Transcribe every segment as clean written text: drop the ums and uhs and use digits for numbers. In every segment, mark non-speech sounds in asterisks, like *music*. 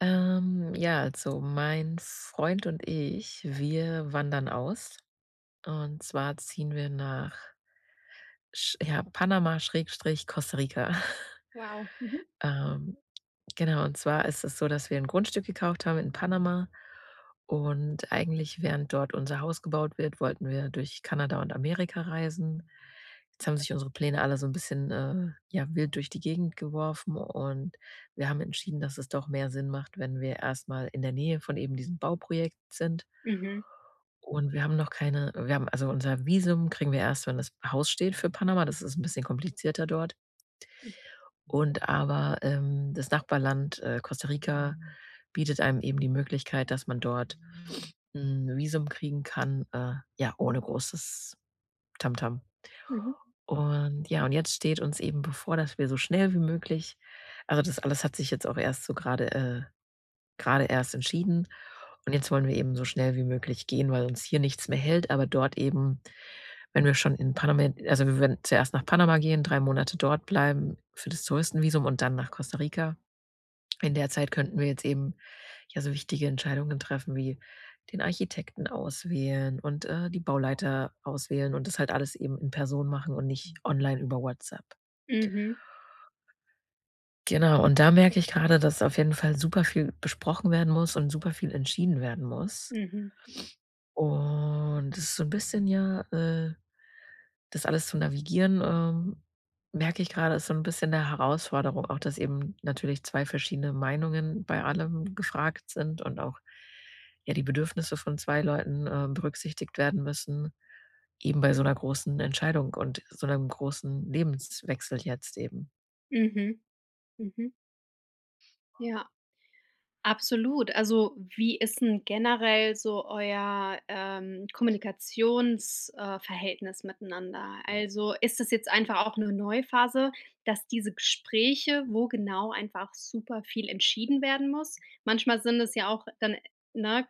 Ja, also mein Freund und ich, wir wandern aus. Und zwar ziehen wir nach Sch ja, Panama Schrägstrich Costa Rica. *laughs* Wow. Mhm. Ähm, Genau, und zwar ist es so, dass wir ein Grundstück gekauft haben in Panama, und eigentlich, während dort unser Haus gebaut wird, wollten wir durch Kanada und Amerika reisen. Jetzt haben sich unsere Pläne alle so ein bisschen, ja, wild durch die Gegend geworfen, und wir haben entschieden, dass es doch mehr Sinn macht, wenn wir erstmal in der Nähe von eben diesem Bauprojekt sind. Mhm. Und wir haben noch keine Wir haben also, unser Visum kriegen wir erst, wenn das Haus steht für Panama. Das ist ein bisschen komplizierter dort. Hm. Und aber, das Nachbarland, Costa Rica bietet einem eben die Möglichkeit, dass man dort 'n Visum kriegen kann, ja, ohne großes Tamtam. Mhm. Und ja, und jetzt steht uns eben bevor, dass wir so schnell wie möglich also, das alles hat sich jetzt auch erst so gerade grade erst entschieden. Und jetzt wollen wir eben so schnell wie möglich gehen, weil uns hier nichts mehr hält, aber dort eben, wenn wir schon in Panama also, wir werden zuerst nach Panama gehen, 3 Monate dort bleiben für das Touristenvisum und dann nach Costa Rica. In der Zeit könnten wir jetzt eben, ja, so wichtige Entscheidungen treffen wie den Architekten auswählen und, die Bauleiter auswählen und das halt alles eben in Person machen und nicht online über WhatsApp. Mhm. Genau, und da merke ich gerade, dass auf jeden Fall super viel besprochen werden muss und super viel entschieden werden muss. Mhm. Und es ist so ein bisschen ja, das alles zu navigieren, merke ich gerade, ist so ein bisschen 'ne Herausforderung, auch dass eben natürlich 2 verschiedene Meinungen bei allem gefragt sind und auch, ja, die Bedürfnisse von 2 Leuten, berücksichtigt werden müssen, eben bei so einer großen Entscheidung und so einem großen Lebenswechsel jetzt eben, Mhm. Mhm. Ja, absolut. Also, wie ist denn generell so euer, Kommunikations Verhältnis miteinander? Also, ist das jetzt einfach auch eine Neuphase, dass diese Gespräche, wo genau einfach super viel entschieden werden muss, manchmal sind es ja auch dann, ne,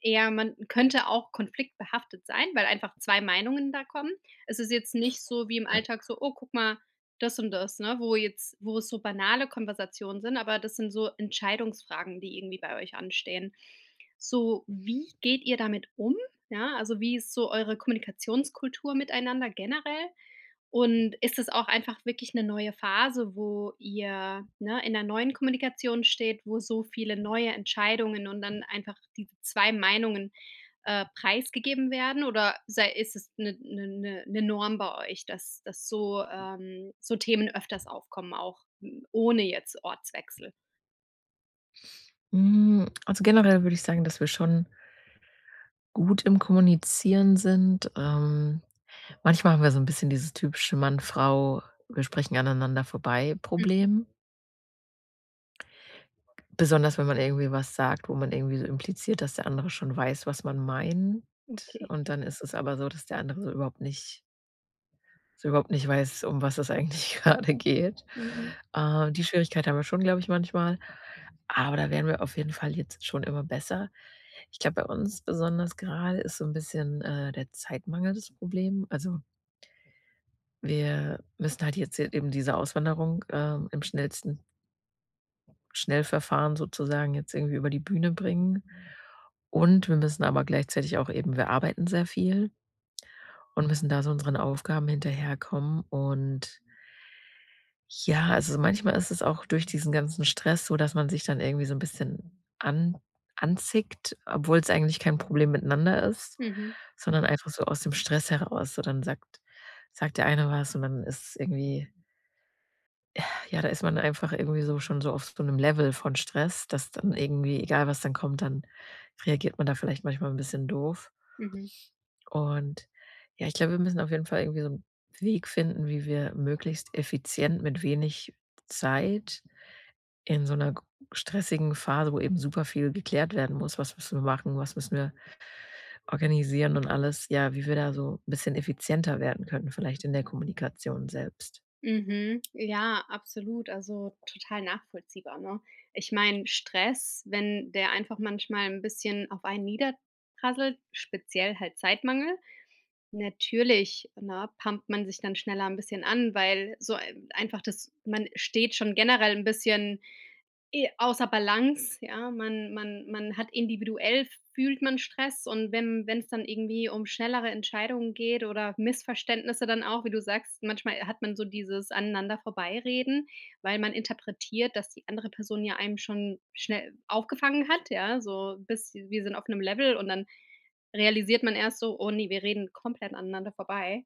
eher, man könnte auch konfliktbehaftet sein, weil einfach 2 Meinungen da kommen. Es ist jetzt nicht so wie im ja. Alltag so: „Oh, guck mal, das und das, ne?“ Wo jetzt, wo es so banale Konversationen sind, aber das sind so Entscheidungsfragen, die irgendwie bei euch anstehen. So, wie geht ihr damit um? Ja, also, wie ist so eure Kommunikationskultur miteinander generell? Und ist es auch einfach wirklich eine neue Phase, wo ihr, ne, in 'ner neuen Kommunikation steht, wo so viele neue Entscheidungen und dann einfach diese 2 Meinungen preisgegeben werden, oder sei, ist es eine 'ne Norm bei euch, dass dass so Themen öfters aufkommen, auch, hm, ohne jetzt Ortswechsel? Also, generell würde ich sagen, dass wir schon gut im Kommunizieren sind. Manchmal haben wir so ein bisschen dieses typische Mann-Frau, wir sprechen aneinander vorbei Hm, Problem. Besonders wenn man irgendwie was sagt, wo man irgendwie so impliziert, dass der andere schon weiß, was man meint. okay. Und dann ist es aber so, dass der andere so überhaupt nicht weiß, um was es eigentlich *laughs* gerade geht. Mhm. Die Schwierigkeit haben wir schon, glaube ich, manchmal. Aber da wären wir auf jeden Fall jetzt schon immer besser. Ich glaube, bei uns besonders gerade ist so ein bisschen, der Zeitmangel das Problem. Also, wir müssen halt jetzt eben diese Auswanderung, im schnellsten Schnellverfahren sozusagen jetzt irgendwie über die Bühne bringen. Und wir müssen aber gleichzeitig auch eben wir arbeiten sehr viel und müssen da so unseren Aufgaben hinterherkommen. Und ja, also manchmal ist es auch durch diesen ganzen Stress so, dass man sich dann irgendwie so ein bisschen an anzickt, obwohl es eigentlich kein Problem miteinander ist, Mhm, sondern einfach so aus dem Stress heraus. So, dann sagt der eine was und dann ist es irgendwie ja, da ist man einfach irgendwie so schon so auf so 'nem Level von Stress, dass dann irgendwie, egal was dann kommt, dann reagiert man da vielleicht manchmal 'n bisschen doof. mhm, Und ja, ich glaube, wir müssen auf jeden Fall irgendwie so 'n Weg finden, wie wir möglichst effizient mit wenig Zeit in so 'ner g stressigen Phase, wo eben super viel geklärt werden muss: „Was müssen wir machen? Was müssen wir organisieren?“ Und alles, ja, wie wir da so ein bisschen effizienter werden könnten, vielleicht in der Kommunikation selbst. mhm. Ja, absolut, also total nachvollziehbar, ne? Ich meine, Stress, wenn der einfach manchmal ein bisschen auf einen niederprasselt, speziell halt Zeitmangel, natürlich, ne, pumpt man sich dann schneller ein bisschen an, weil so ein, einfach, das, man steht schon generell ein bisschen, eh, außer Balance, ja. Man hat individuell, fühlt man Stress, und wenn es dann irgendwie um schnellere Entscheidungen geht oder Missverständnisse dann auch, wie du sagst, manchmal hat man so dieses aneinander Vorbeireden, weil man interpretiert, dass die andere Person ja einem schon schnell aufgefangen hat, ja, so bis wir sind auf einem Level, und dann realisiert man erst so: „Oh nee, wir reden komplett aneinander vorbei.“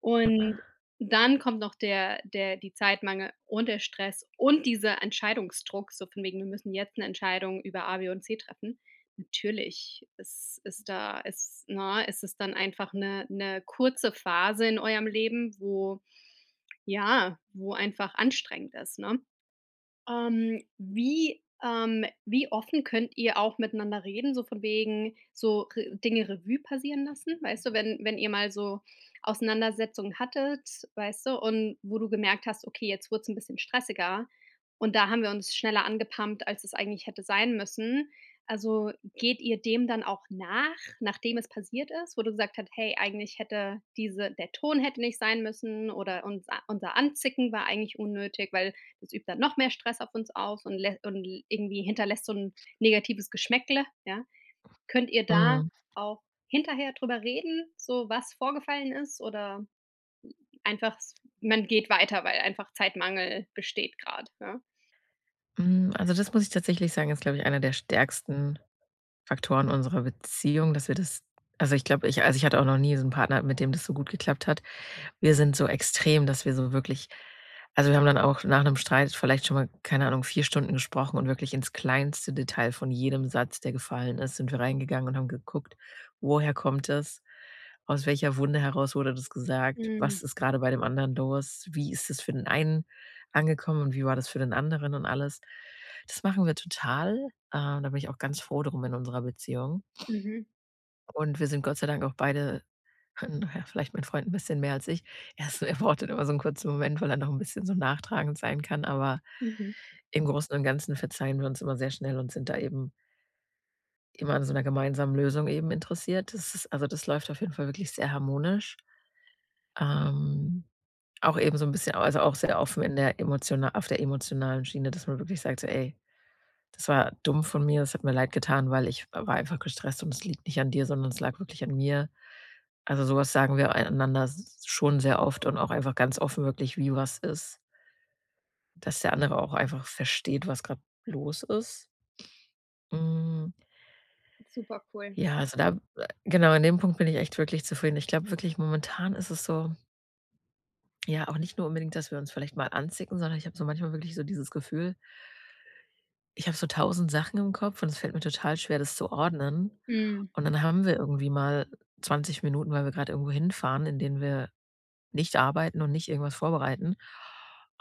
Und dann kommt noch der, die Zeitmangel und der Stress und dieser Entscheidungsdruck, so von wegen: „Wir müssen jetzt eine Entscheidung über A, B und C treffen.“ Natürlich ist da, ist es dann einfach eine kurze Phase in eurem Leben, wo, ja, wo einfach anstrengend ist, ne? Wie offen könnt ihr auch miteinander reden, so von wegen so, Re, Dinge Revue passieren lassen? Weißt du, wenn ihr mal so Auseinandersetzungen hattet, weißt du, und wo du gemerkt hast: „Okay, jetzt wurde es ein bisschen stressiger und da haben wir uns schneller angepampt, als es eigentlich hätte sein müssen.“ Also, geht ihr dem dann auch nach, nachdem es passiert ist, wo du gesagt hast: „Hey, eigentlich hätte diese, der Ton hätte nicht sein müssen“ oder unser Anzicken war eigentlich unnötig, weil das übt dann noch mehr Stress auf uns aus und lä, und irgendwie hinterlässt so ein negatives Geschmäckle, ja. Könnt ihr da Mhm. auch hinterher drüber reden, so was vorgefallen ist, oder einfach s, man geht weiter, weil einfach Zeitmangel besteht gerade, ja? Also, das muss ich tatsächlich sagen, ist, glaube ich, einer der stärksten Faktoren unserer Beziehung, dass wir das also, ich glaube, ich also, ich hatte auch noch nie so einen Partner, mit dem das so gut geklappt hat. Wir sind so extrem, dass wir so wirklich also, wir haben dann auch nach einem Streit vielleicht schon mal, keine Ahnung, 4 Stunden gesprochen und wirklich ins kleinste Detail von jedem Satz, der gefallen ist, sind wir reingegangen und haben geguckt: Woher kommt es? Aus welcher Wunde heraus wurde das gesagt? Mhm, Was ist gerade bei dem anderen los? Wie ist es für den einen angekommen und wie war das für den anderen und alles? Das machen wir total. Da bin ich auch ganz froh drum in unserer Beziehung. mhm, Und wir sind Gott sei Dank auch beide *laughs* na ja, vielleicht mein Freund ein bisschen mehr als ich. Erst *laughs* Er braucht immer so einen kurzen Moment, weil er noch ein bisschen so nachtragend sein kann, aber mhm. im Großen und Ganzen verzeihen wir uns immer sehr schnell und sind da eben immer an so einer gemeinsamen Lösung eben interessiert. Das ist also, das läuft auf jeden Fall wirklich sehr harmonisch. Ähm, Auch eben so ein bisschen also, auch sehr offen in der emotional auf der emotionalen Schiene, dass man wirklich sagt so: „Ey, das war dumm von mir, das hat mir leid getan, weil ich war einfach gestresst und es liegt nicht an dir, sondern es lag wirklich an mir.“ Also, sowas sagen wir einander s schon sehr oft und auch einfach ganz offen wirklich, wie was ist, dass der andere auch einfach versteht, was gerade los ist. Hm, Super cool. ja, also da genau, an dem Punkt bin ich echt wirklich zufrieden. Ich glaube wirklich, momentan ist es so, ja, auch nicht nur unbedingt, dass wir uns vielleicht mal anzicken, sondern ich habe so manchmal wirklich so dieses Gefühl: ich habe so tausend Sachen im Kopf und es fällt mir total schwer, das zu ordnen. Mhm. Und dann haben wir irgendwie mal 20 Minuten, weil wir gerade irgendwo hinfahren, in denen wir nicht arbeiten und nicht irgendwas vorbereiten.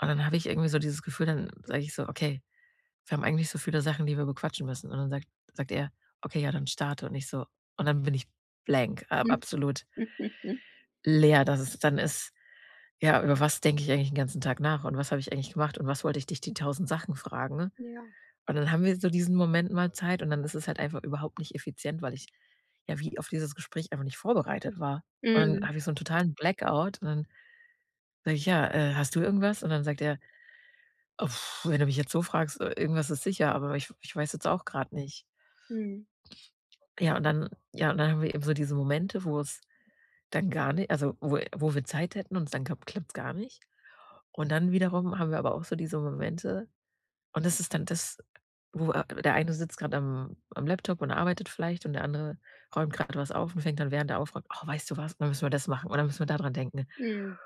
Und dann habe ich irgendwie so dieses Gefühl, dann sage ich so: „Okay, wir haben eigentlich so viele Sachen, die wir bequatschen müssen.“ Und dann sagt er: „Okay, ja, dann starte.“ Und ich so, und dann bin ich blank, a absolut *laughs* leer, dass es dann ist: „Ja, über was denke ich eigentlich den ganzen Tag nach und was habe ich eigentlich gemacht und was wollte ich dich die tausend Sachen fragen?“ Ja. Und dann haben wir so diesen Moment mal Zeit und dann ist es halt einfach überhaupt nicht effizient, weil ich ja wie auf dieses Gespräch einfach nicht vorbereitet war. Und dann Mhm, habe ich so 'n totalen Blackout und dann sage ich: „Ja, hast du irgendwas?“ Und dann sagt er: „Oh, wenn du mich jetzt so fragst, irgendwas ist sicher, aber ich weiß jetzt auch grad nicht.“ mhm, ja, und dann haben wir eben so diese Momente, wo es dann gar ni also, wo wir Zeit hätten und dann klappt's gar nicht. Und dann wiederum haben wir aber auch so diese Momente, und das ist dann das, wo a der eine sitzt gerade am Laptop und arbeitet vielleicht und der andere räumt gerade was auf und fängt dann, während er aufräumt: „Oh, weißt du was? Dann müssen wir das machen und dann müssen wir da dran denken.“ mhm,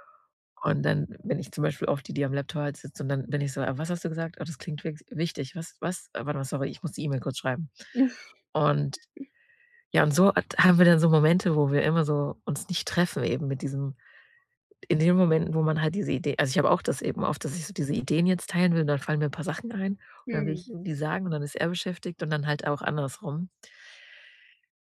Und dann bin ich zum Beispiel oft die, die am Laptop halt sitzt und dann bin ich so: „Ah, was hast du gesagt? Oh, das klingt wix wichtig. Was was? Ah, warte mal, sorry, ich muss die E-Mail kurz schreiben.“ mhm, *laughs* Und ja, und so hat haben wir dann so Momente, wo wir immer so uns nicht treffen eben mit diesem, in den Momenten, wo man halt diese Idee also, ich habe auch das eben oft, dass ich so diese Ideen jetzt teilen will und dann fallen mir 'n paar Sachen ein und dann will ich ihm die sagen und dann ist er beschäftigt und dann halt auch andersrum.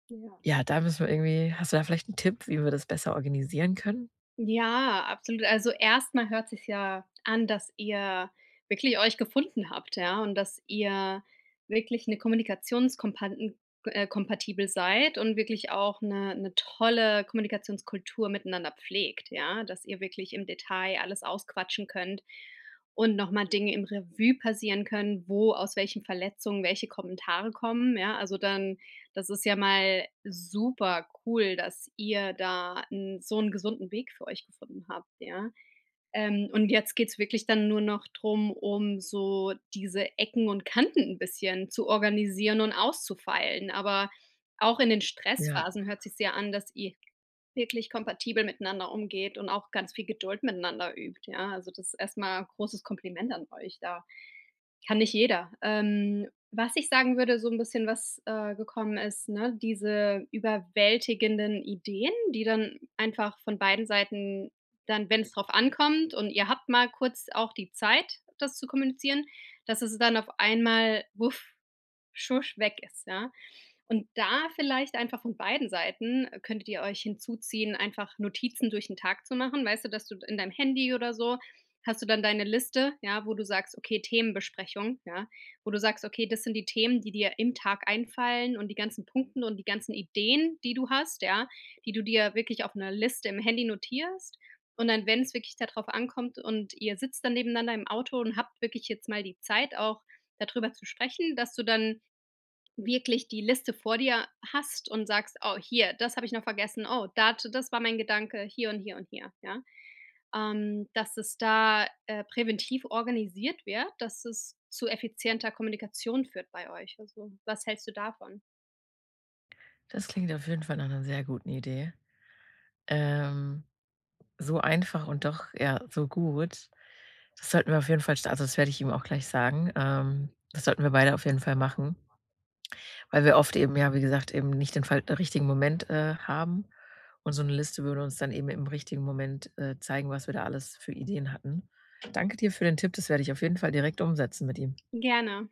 ja. Ja, da müssen wir irgendwie hast du da vielleicht einen Tipp, wie wir das besser organisieren können? Ja, absolut. Also, erstmal mal hört sich ja an, dass ihr wirklich euch gefunden habt, ja, und dass ihr wirklich eine Kommunikationskompatibel seid und wirklich auch eine 'ne tolle Kommunikationskultur miteinander pflegt, ja, dass ihr wirklich im Detail alles ausquatschen könnt und nochmal Dinge im Revue passieren können, wo aus welchen Verletzungen welche Kommentare kommen, ja? Also, dann, das ist ja mal super cool, dass ihr da 'n so 'n gesunden Weg für euch gefunden habt, ja. Und jetzt geht's wirklich dann nur noch drum, um so diese Ecken und Kanten 'n bisschen zu organisieren und auszufeilen. Aber auch in den Ja, Stressphasen hört sich's ja an, dass ihr wirklich kompatibel miteinander umgeht und auch ganz viel Geduld miteinander übt, ja? Also, das ist erstmal mal großes Kompliment an euch da. Kann nicht jeder. Was ich sagen würde, so ein bisschen was, gekommen ist, ne, diese überwältigenden Ideen, die dann einfach von beiden Seiten dann, wenn es drauf ankommt und ihr habt mal kurz auch die Zeit, das zu kommunizieren, dass es dann auf einmal, wuff, schusch, weg ist, ja? Und da vielleicht einfach von beiden Seiten, könntet ihr euch hinzuziehen, einfach Notizen durch den Tag zu machen. Weißt du, dass du in deinem Handy oder so hast du dann deine Liste, ja, wo du sagst: „Okay, Themenbesprechung“, ja, wo du sagst: „Okay, das sind die Themen, die dir im Tag einfallen und die ganzen Punkte und die ganzen Ideen, die du hast“, ja, die du dir wirklich auf 'ner Liste im Handy notierst. Und dann, wenn es wirklich darauf ankommt und ihr sitzt dann nebeneinander im Auto und habt wirklich jetzt mal die Zeit auch, darüber zu sprechen, dass du dann wirklich die Liste vor dir hast und sagst: „Oh, hier, das habe ich noch vergessen. Oh, dat, das war mein Gedanke hier und hier und hier“, ja? Dass es da, präventiv organisiert wird, dass es zu effizienter Kommunikation führt bei euch. Also, was hältst du davon? das klingt auf jeden Fall nach einer sehr guten Idee. Ähm, so einfach und doch, ja, so gut. Das sollten wir auf jeden Fall sta also, das werde ich ihm auch gleich sagen. Das sollten wir beide auf jeden Fall machen. Weil wir oft eben, ja, wie gesagt, eben nicht den fal richtigen Moment, haben. Und so eine Liste würde uns dann eben im richtigen Moment, zeigen, was wir da alles für Ideen hatten. Danke dir für den Tipp, das werde ich auf jeden Fall direkt umsetzen mit ihm. Gerne.